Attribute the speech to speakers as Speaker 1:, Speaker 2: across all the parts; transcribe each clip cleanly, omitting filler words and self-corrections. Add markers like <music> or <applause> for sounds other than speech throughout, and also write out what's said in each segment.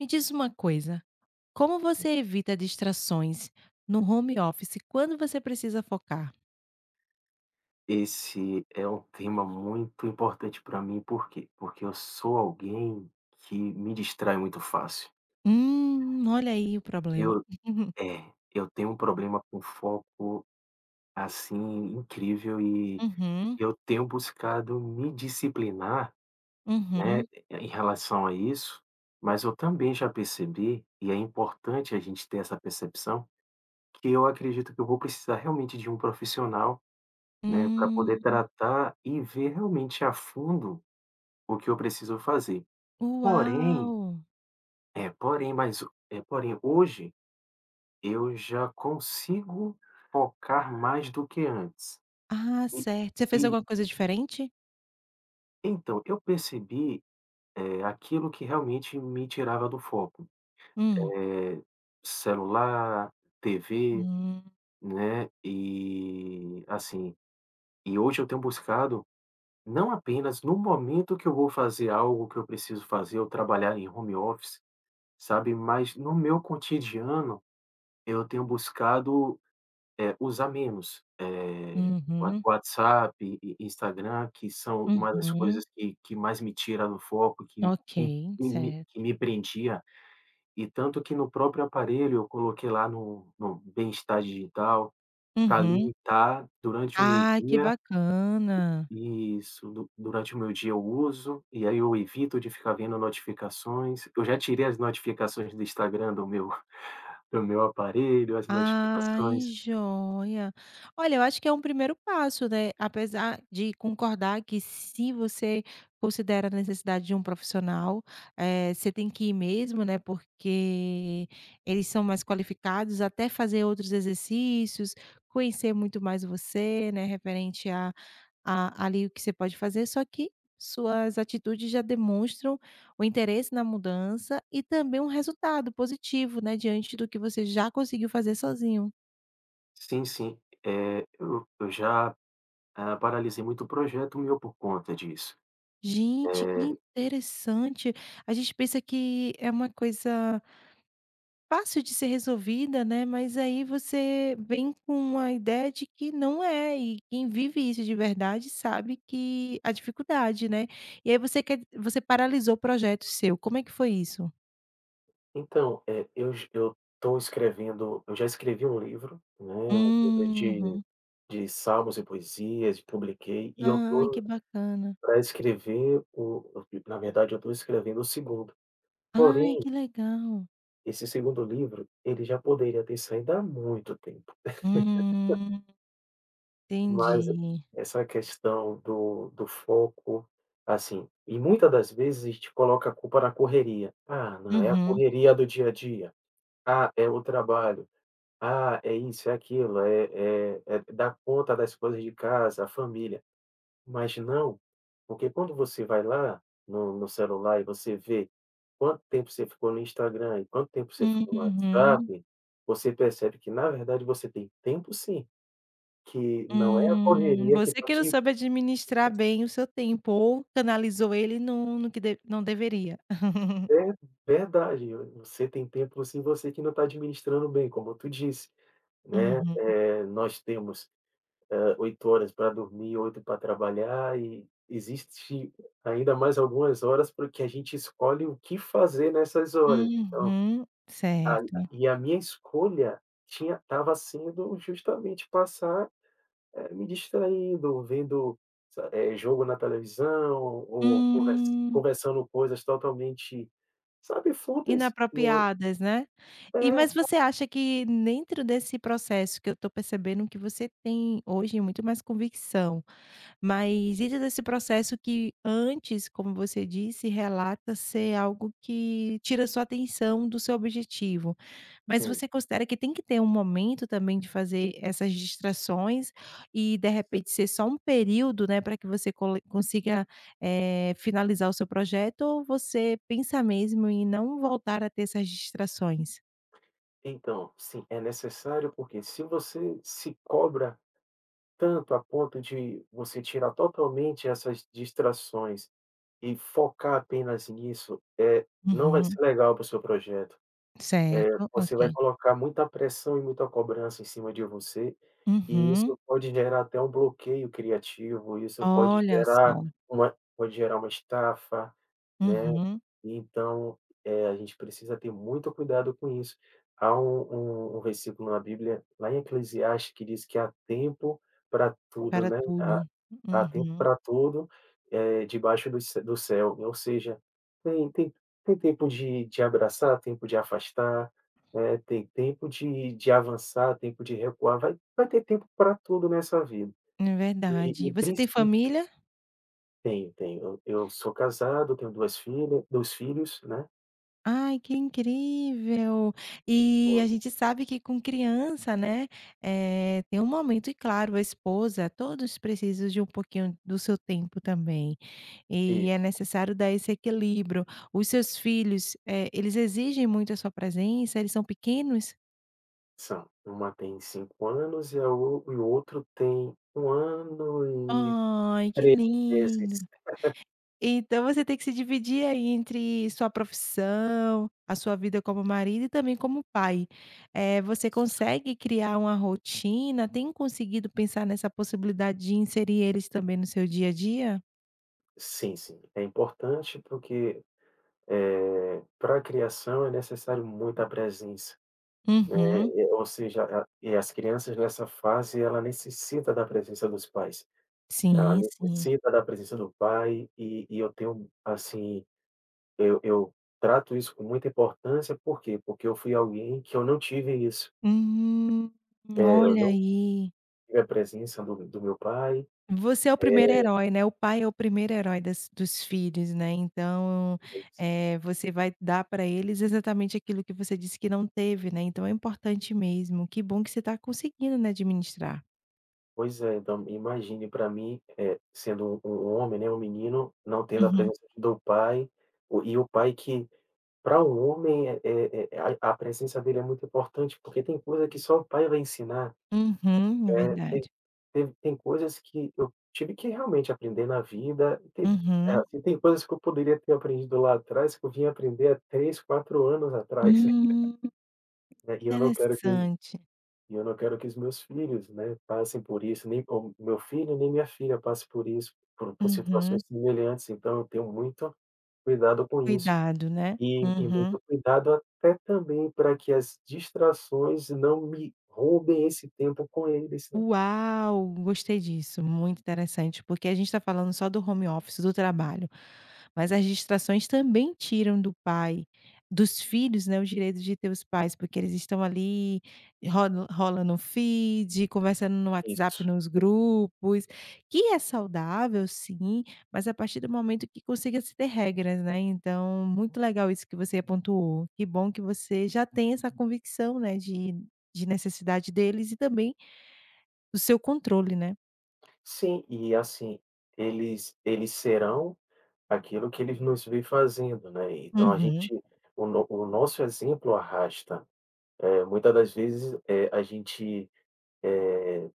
Speaker 1: Me diz uma coisa, como você evita distrações no home office quando você precisa focar?
Speaker 2: Esse é um tema muito importante para mim, por quê? Porque eu sou alguém que me distrai muito fácil.
Speaker 1: Olha aí o problema.
Speaker 2: Eu
Speaker 1: <laughs>
Speaker 2: é, eu tenho um problema com foco, assim, incrível, e
Speaker 1: Uhum,
Speaker 2: eu tenho buscado me disciplinar, né,
Speaker 1: uhum,
Speaker 2: em relação a isso, mas eu também já percebi, e é importante a gente ter essa percepção, que eu acredito que eu vou precisar realmente de um profissional, né, para poder
Speaker 1: hum,
Speaker 2: tratar e ver realmente a fundo o que eu preciso fazer. Porém
Speaker 1: uau!
Speaker 2: é, porém, mas é, porém hoje eu já consigo focar mais do que antes.
Speaker 1: Ah,
Speaker 2: E
Speaker 1: certo. Você fez
Speaker 2: e
Speaker 1: alguma coisa diferente?
Speaker 2: então, eu percebi, aquilo que realmente me tirava do foco,
Speaker 1: Hum,
Speaker 2: eh, celular, TV,
Speaker 1: hum,
Speaker 2: né, e assim, e hoje eu tenho buscado, não apenas no momento que eu vou fazer algo que eu preciso fazer ou trabalhar em home office, sabe, mas no meu cotidiano eu tenho buscado usar menos, Wa
Speaker 1: uhum,
Speaker 2: WhatsApp e Instagram, que são uma das
Speaker 1: uhum,
Speaker 2: coisas que mais me tira do foco, que me
Speaker 1: ok,
Speaker 2: me me
Speaker 1: certo.
Speaker 2: que me prendia, e tanto que no próprio aparelho eu coloquei lá no bem-estar digital, para
Speaker 1: Uhum.
Speaker 2: limitar durante o meu
Speaker 1: Ai, que
Speaker 2: dia
Speaker 1: bacana!
Speaker 2: isso, du durante o meu dia eu uso, e aí eu evito de ficar vendo notificações. Eu já tirei as notificações do Instagram do meu <laughs> do meu aparelho, as
Speaker 1: Ai,
Speaker 2: notificações.
Speaker 1: joia. Olha, eu acho que é um primeiro passo, né, apesar de concordar que se você considera a necessidade de um profissional, você tem que ir mesmo, né, porque eles são mais qualificados, até fazer outros exercícios, conhecer muito mais você, né, referente a ali o que você pode fazer, só que suas atitudes já demonstram o interesse na mudança e também um resultado positivo, né, diante do que você já conseguiu fazer sozinho.
Speaker 2: Sim, sim. Eu já, paralisei muito projeto meu por conta disso.
Speaker 1: Gente, que
Speaker 2: Eh,
Speaker 1: interessante! A gente pensa que é uma coisa fácil de ser resolvida, né, mas aí você vem com uma ideia de que não é, e quem vive isso de verdade sabe que a dificuldade, né. E aí você paralisou o projeto seu, como é que foi isso?
Speaker 2: então, eu j eu estou escrevendo eu já escrevi um livro, né, um livro de
Speaker 1: Uhum.
Speaker 2: de salmos e poesias, publiquei. E eu
Speaker 1: Ai, que
Speaker 2: estou
Speaker 1: bacana.
Speaker 2: para escrever o- Na verdade, eu estou escrevendo o segundo.
Speaker 1: Ai,
Speaker 2: Porém,
Speaker 1: que legal.
Speaker 2: esse segundo livro, ele já poderia ter saído há muito tempo.
Speaker 1: Hum.
Speaker 2: Mas
Speaker 1: Entendi.
Speaker 2: essa questão do foco, assim, e muitas das vezes te coloca a culpa na correria. "Ah, não, é a
Speaker 1: Uhum.
Speaker 2: correria do dia a dia. Ah, é o trabalho. Ah, é isso, é aquilo, é dar conta das coisas de casa, a família." Mas não, porque quando você vai lá no celular e você vê quanto tempo você ficou no Instagram e quanto tempo você ficou no
Speaker 1: Uhum.
Speaker 2: WhatsApp, você percebe que, na verdade, você tem tempo sim, que não é a correria que
Speaker 1: Você
Speaker 2: está
Speaker 1: que não
Speaker 2: te...
Speaker 1: soube administrar bem o seu tempo ou canalizou ele no que de não deveria. <laughs>
Speaker 2: É, verdade. Você tem tempo, sim, você que não está administrando bem, como tu disse, né.
Speaker 1: Uhum.
Speaker 2: Nós temos 8 horas para dormir, 8 para trabalhar, e existe ainda mais algumas horas porque a gente escolhe o que fazer nessas horas. Então,
Speaker 1: Uhum.
Speaker 2: a
Speaker 1: Certo.
Speaker 2: a minha escolha tinha estava sendo justamente passar, me distraindo, vendo, jogo na televisão ou
Speaker 1: Hum.
Speaker 2: conversando coisas totalmente, sabe, fúteis.
Speaker 1: Inapropriadas, né. E
Speaker 2: É,
Speaker 1: mas você acha que dentro desse processo que eu tô percebendo que você tem hoje muito mais convicção. Mas e desse processo que antes, como você disse, relata ser algo que tira sua atenção do seu objetivo. Mas
Speaker 2: sim.
Speaker 1: você considera que tem que ter um momento também de fazer essas distrações e, de repente, ser só um período, né, para que você cole consiga, finalizar o seu projeto, ou você pensa mesmo em não voltar a ter essas distrações?
Speaker 2: Então, sim, é necessário, porque se você se cobra tanto a ponto de você tirar totalmente essas distrações e focar apenas nisso, não vai
Speaker 1: Uhum.
Speaker 2: ser legal para o seu projeto.
Speaker 1: Certo,
Speaker 2: Você vai
Speaker 1: ok.
Speaker 2: colocar muita pressão e muita cobrança em cima de você, e
Speaker 1: Uhum.
Speaker 2: isso pode gerar até um bloqueio criativo, isso pode
Speaker 1: Olha
Speaker 2: gerar
Speaker 1: só.
Speaker 2: uma estafa, né.
Speaker 1: Uhum.
Speaker 2: Então, a gente precisa ter muito cuidado com isso. Há um versículo na Bíblia, lá em Eclesiastes, que diz que há tempo para tudo,
Speaker 1: Para
Speaker 2: né.
Speaker 1: tudo.
Speaker 2: Há tempo
Speaker 1: Uhum.
Speaker 2: para tudo, debaixo do céu, ou seja, tem tem tem tempo de abraçar, tempo de afastar, tem tempo de avançar, tempo de recuar, vai ter tempo para tudo nessa vida.
Speaker 1: É
Speaker 2: E
Speaker 1: verdade.
Speaker 2: e
Speaker 1: Você tem
Speaker 2: princi e
Speaker 1: família?
Speaker 2: tenho, tenho. Eu sou casado, tenho duas filhas 2 filhos, né.
Speaker 1: Ai, que incrível! E a
Speaker 2: 2.
Speaker 1: gente sabe que com criança, né, tem um momento e, claro, a esposa, todos precisam de um pouquinho do seu tempo também. E é
Speaker 2: Isso,
Speaker 1: necessário dar esse equilíbrio. Os seus filhos, eles exigem muito a sua presença? Eles são pequenos?
Speaker 2: são. Uma tem 5 anos e a o e o outro tem 1 ano e
Speaker 1: Ai, que
Speaker 2: 3 meses.
Speaker 1: lindo! Então você tem que se dividir aí entre sua profissão, a sua vida como marido e também como pai. Você consegue criar uma rotina? Tem conseguido pensar nessa possibilidade de inserir eles também no seu dia a dia?
Speaker 2: Sim, sim. É importante porque para a criação é necessário muita presença,
Speaker 1: Uhum.
Speaker 2: ou seja, a e as crianças nessa fase, ela necessita da presença dos pais, ela
Speaker 1: Sim, sim.
Speaker 2: necessita da presença do pai e eu tenho, assim, eu trato isso com muita importância, por quê? Porque eu fui alguém que eu não tive isso,
Speaker 1: Hum,
Speaker 2: eu
Speaker 1: Olha
Speaker 2: não
Speaker 1: aí.
Speaker 2: tive a presença do meu pai.
Speaker 1: Você é o primeiro herói, né, o pai é o primeiro herói das dos filhos, né, então,
Speaker 2: pois
Speaker 1: você vai dar para eles exatamente aquilo que você disse que não teve, né, então é importante mesmo. Que bom que você está conseguindo, né, administrar.
Speaker 2: pois é, então imagine para mim, sendo um homem, né, um menino, não tendo a
Speaker 1: Uhum.
Speaker 2: presença do pai. O e o pai que Para o homem, a presença dele é muito importante, porque tem coisa que só o pai vai ensinar.
Speaker 1: Uhum, é
Speaker 2: Tem
Speaker 1: verdade.
Speaker 2: tem coisas que eu tive que realmente aprender na vida,
Speaker 1: Uhum.
Speaker 2: tem coisas que eu poderia ter aprendido lá atrás, que eu vim aprender há 3, 4 anos atrás, <laughs>
Speaker 1: Hum,
Speaker 2: né,
Speaker 1: Interessante.
Speaker 2: e eu não quero que os meus filhos, né, passem por isso, nem o meu filho, nem minha filha passe por isso, por
Speaker 1: Uhum.
Speaker 2: situações semelhantes, então eu tenho muito cuidado com isso.
Speaker 1: Cuidado, né.
Speaker 2: E
Speaker 1: Uhum.
Speaker 2: muito cuidado até também para que as distrações não me roubem esse tempo com eles, né.
Speaker 1: Uau, gostei disso, muito interessante, porque a gente está falando só do home office, do trabalho, mas as distrações também tiram do pai dos filhos, né, o direito de ter os pais, porque eles estão ali, rola rola no feed, conversando no WhatsApp,
Speaker 2: Isso.
Speaker 1: nos grupos, que é saudável sim, mas a partir do momento que consiga se ter regras, né, então muito legal isso que você pontuou. Que bom que você já tem essa convicção, né, de necessidade deles e também do seu controle, né.
Speaker 2: Sim, e assim, eles serão aquilo que eles nos veem fazendo, né, então a
Speaker 1: Uhum,
Speaker 2: gente o no o nosso exemplo arrasta. Muita das vezes, a gente eh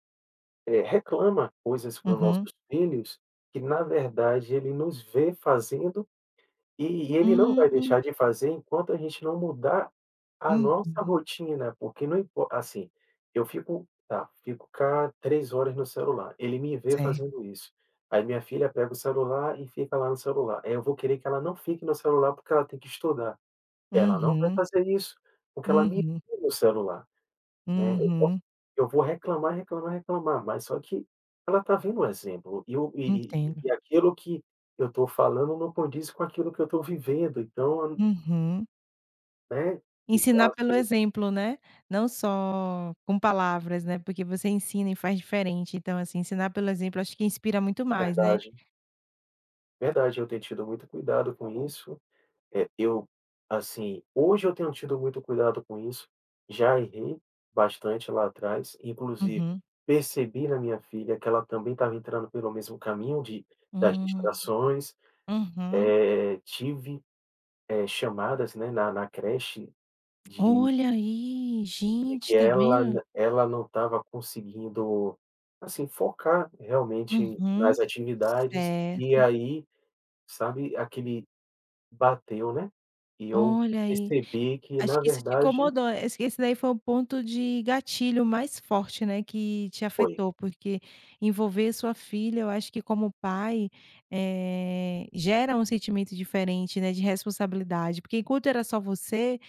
Speaker 2: reclama coisas para os
Speaker 1: uhum.
Speaker 2: nossos filhos que, na verdade, ele nos vê fazendo, e ele não vai deixar
Speaker 1: Hum,
Speaker 2: de fazer enquanto a gente não mudar a nossa
Speaker 1: uhum,
Speaker 2: rotina, porque não importa assim, eu fico cá 3 horas no celular, ele me vê
Speaker 1: certo.
Speaker 2: fazendo isso. Aí minha filha pega o celular e fica lá no celular, aí eu vou querer que ela não fique no celular, porque ela tem que estudar. Ela não vai
Speaker 1: Uhum,
Speaker 2: fazer isso, porque ela me
Speaker 1: uhum,
Speaker 2: vê no celular, né.
Speaker 1: uhum,
Speaker 2: Eu vou reclamar, reclamar, reclamar, mas só que ela tá vendo o exemplo, e o e
Speaker 1: entendo.
Speaker 2: e aquilo que eu estou falando não condiz com aquilo que eu estou vivendo, então,
Speaker 1: Uhum.
Speaker 2: né, então
Speaker 1: Ensinar pelo
Speaker 2: assim,
Speaker 1: exemplo, né, não só com palavras, né, porque você ensina e faz diferente, então, assim, ensinar pelo exemplo acho que inspira muito
Speaker 2: é
Speaker 1: mais, né.
Speaker 2: verdade. Verdade, eu tenho tido muito cuidado com isso. Eh, eu assim, hoje eu tenho tido muito cuidado com isso, já errei bastante lá atrás, inclusive
Speaker 1: Uhum.
Speaker 2: percebi na minha filha que ela também estava entrando pelo mesmo caminho de das
Speaker 1: Hum,
Speaker 2: distrações.
Speaker 1: uhum.
Speaker 2: Tive chamadas, né, na creche de
Speaker 1: Olha aí,
Speaker 2: de que
Speaker 1: gente, tá vendo.
Speaker 2: ela não estava conseguindo, assim, focar realmente
Speaker 1: Uhum.
Speaker 2: nas atividades. E
Speaker 1: Certo,
Speaker 2: aí, sabe aquele... bateu, né, e eu
Speaker 1: olha aí.
Speaker 2: percebi que,
Speaker 1: Acho
Speaker 2: na
Speaker 1: que isso te
Speaker 2: verdade,
Speaker 1: incomodou, é, esse daí foi o ponto de gatilho mais forte, né, que te
Speaker 2: foi,
Speaker 1: afetou, porque envolver sua filha, eu acho que como pai, gera um sentimento diferente, né, de responsabilidade, porque enquanto era só você,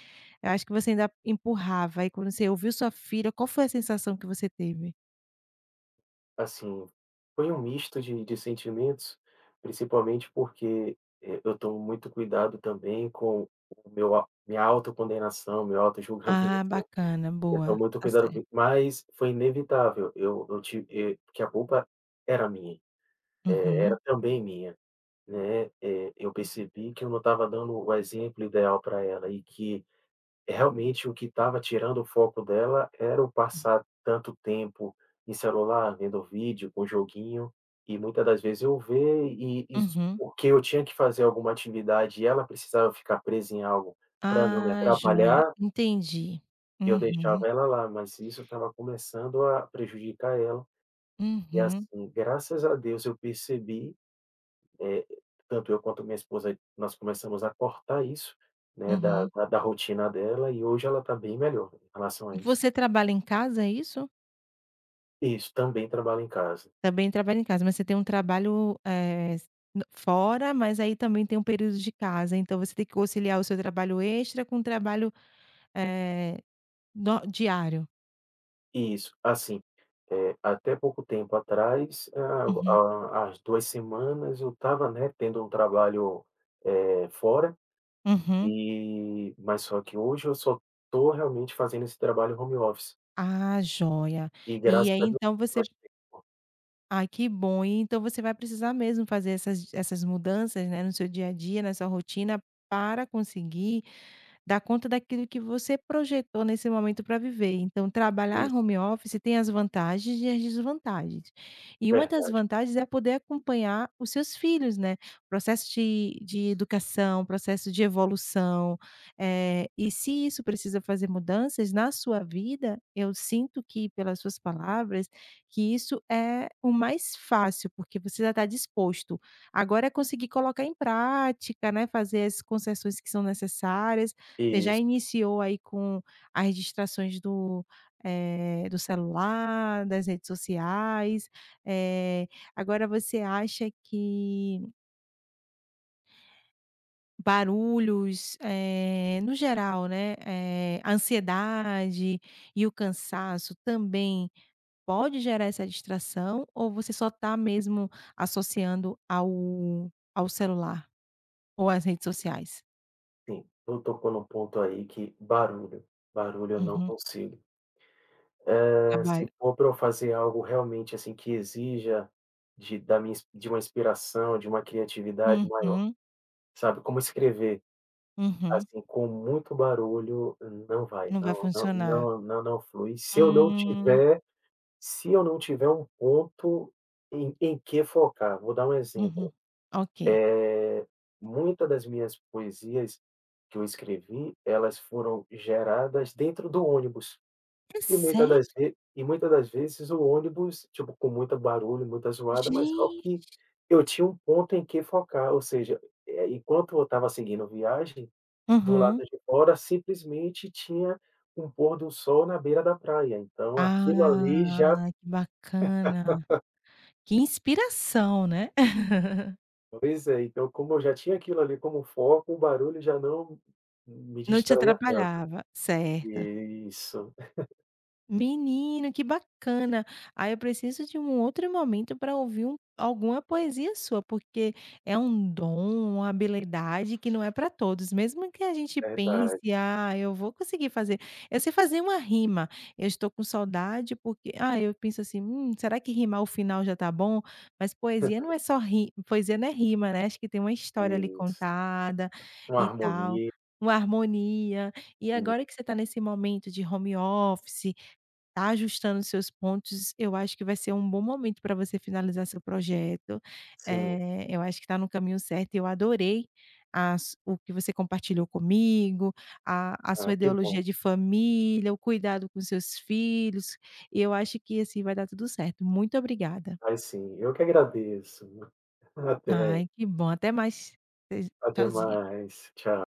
Speaker 1: eu acho que você ainda empurrava, aí quando você ouviu sua filha, qual foi a sensação que você teve?
Speaker 2: assim, foi um misto de sentimentos, principalmente porque, eu tomo muito cuidado também com o meu a minha autocondenação, meu auto julgamento.
Speaker 1: Ah, bacana,
Speaker 2: <laughs> Eu
Speaker 1: boa,
Speaker 2: tomo muito
Speaker 1: tá
Speaker 2: cuidado com
Speaker 1: certo.
Speaker 2: isso, mas foi inevitável. Eu tive, porque a culpa era minha, era
Speaker 1: Uhum,
Speaker 2: também minha, né, eu percebi que eu não estava dando o exemplo ideal para ela, e que realmente o que estava tirando o foco dela era o passar tanto tempo em celular, vendo vídeo, com joguinho, e muitas das vezes eu ver, e isso
Speaker 1: uhum.
Speaker 2: porque eu tinha que fazer alguma atividade e ela precisava ficar presa em algo para não me
Speaker 1: Ah, joia,
Speaker 2: atrapalhar,
Speaker 1: entendi.
Speaker 2: eu
Speaker 1: Uhum,
Speaker 2: deixava ela lá, mas isso estava começando a prejudicar ela. E
Speaker 1: uhum,
Speaker 2: assim, graças a Deus eu percebi, eh, tanto eu quanto minha esposa, nós começamos a cortar isso, né, da
Speaker 1: uhum.
Speaker 2: da da rotina dela, e hoje ela está bem melhor em relação
Speaker 1: E
Speaker 2: a isso.
Speaker 1: você trabalha em casa, é isso?
Speaker 2: Isso, também trabalho em casa.
Speaker 1: Também trabalha em casa, mas você tem um trabalho, eh, s n fora, mas aí também tem um período de casa, então você tem que conciliar o seu trabalho extra com o trabalho, eh, no diário.
Speaker 2: Isso, assim, até pouco tempo atrás,
Speaker 1: Uhum,
Speaker 2: há as 2 semanas eu estava, né, tendo um trabalho, fora,
Speaker 1: uhum.
Speaker 2: e mas só que hoje eu só tô realmente fazendo esse trabalho home office.
Speaker 1: Ah, joia.
Speaker 2: E
Speaker 1: E
Speaker 2: graças
Speaker 1: aí
Speaker 2: a Deus
Speaker 1: então
Speaker 2: eu
Speaker 1: você
Speaker 2: acho que-
Speaker 1: ai, que bom, e então você vai precisar mesmo fazer essas mudanças, né, no seu dia a dia, na sua rotina, para conseguir dar conta daquilo que você projetou nesse momento para viver. Então, trabalhar home
Speaker 2: Isso,
Speaker 1: office tem as vantagens e as desvantagens. E uma das
Speaker 2: verdade.
Speaker 1: vantagens é poder acompanhar os seus filhos, né? Processo de educação, processo de evolução. E se isso precisa fazer mudanças na sua vida, eu sinto, que, pelas suas palavras, que isso é o mais fácil, porque você já está disposto. Agora é conseguir colocar em prática, né? Fazer as concessões que são necessárias. Você já
Speaker 2: Isso,
Speaker 1: iniciou aí com as distrações do celular, das redes sociais. eh, Agora, você acha que barulhos, no geral, né, a ansiedade e o cansaço também pode gerar essa distração, ou você só está mesmo associando ao celular ou às redes sociais?
Speaker 2: sim. Tu tocou num ponto aí: que barulho, barulho eu não
Speaker 1: Uhum,
Speaker 2: consigo. Se
Speaker 1: trabalho.
Speaker 2: for pra eu fazer algo realmente, assim, que exija de uma inspiração, de uma criatividade maior,
Speaker 1: Uhum,
Speaker 2: sabe, como escrever,
Speaker 1: uhum.
Speaker 2: assim, com muito barulho, não vai,
Speaker 1: Não vai
Speaker 2: não não
Speaker 1: funcionar.
Speaker 2: não não não flui. Se eu não
Speaker 1: Hum,
Speaker 2: tiver se eu não tiver um ponto em que focar, vou dar um
Speaker 1: uhum.
Speaker 2: exemplo.
Speaker 1: Ok.
Speaker 2: eh, Muita das minhas poesias que eu escrevi, elas foram geradas dentro do ônibus.
Speaker 1: É
Speaker 2: E muita
Speaker 1: sério?
Speaker 2: das ve e muita das vezes o ônibus, tipo, com muito barulho, muita zoada, mas só que
Speaker 1: Gente!
Speaker 2: eu tinha um ponto em que focar, ou seja, enquanto eu estava seguindo viagem, do lado
Speaker 1: Aham.
Speaker 2: de fora simplesmente tinha um pôr do sol na beira da praia, então aquilo ali já...
Speaker 1: Ah, que bacana. Que inspiração, né. <laughs>
Speaker 2: pois é, então como eu já tinha aquilo ali como foco, o barulho já não me
Speaker 1: Não te
Speaker 2: distraía tanto.
Speaker 1: atrapalhava. Certo.
Speaker 2: Isso,
Speaker 1: Menino, que bacana. Ah, eu preciso de um outro momento para ouvir alguma poesia sua, porque é um dom, uma habilidade que não é para todos, mesmo que a gente pense:
Speaker 2: verdade.
Speaker 1: "Ah, eu vou conseguir fazer". Eu sei fazer uma rima, eu estou com saudade porque eu penso assim: será que rimar o final já tá bom?". Mas poesia não
Speaker 2: <laughs>
Speaker 1: é só ri poesia não é rima, né, acho que tem uma história ali
Speaker 2: Isso,
Speaker 1: contada
Speaker 2: uma
Speaker 1: e tal,
Speaker 2: harmonia,
Speaker 1: uma harmonia. E agora que você está nesse momento de home office, tá ajustando seus pontos, eu acho que vai ser um bom momento para você finalizar seu projeto.
Speaker 2: sim.
Speaker 1: Eu acho que está no caminho certo e eu adorei as o que você compartilhou comigo, a sua
Speaker 2: Ah, que bom.
Speaker 1: ideologia de família, o cuidado com seus filhos, e eu acho que, assim, vai dar tudo certo. Muito obrigada.
Speaker 2: Ai sim, eu que agradeço. Até,
Speaker 1: Ai, que bom. Até mais.
Speaker 2: Até
Speaker 1: Tchauzinho.
Speaker 2: mais. Tchau.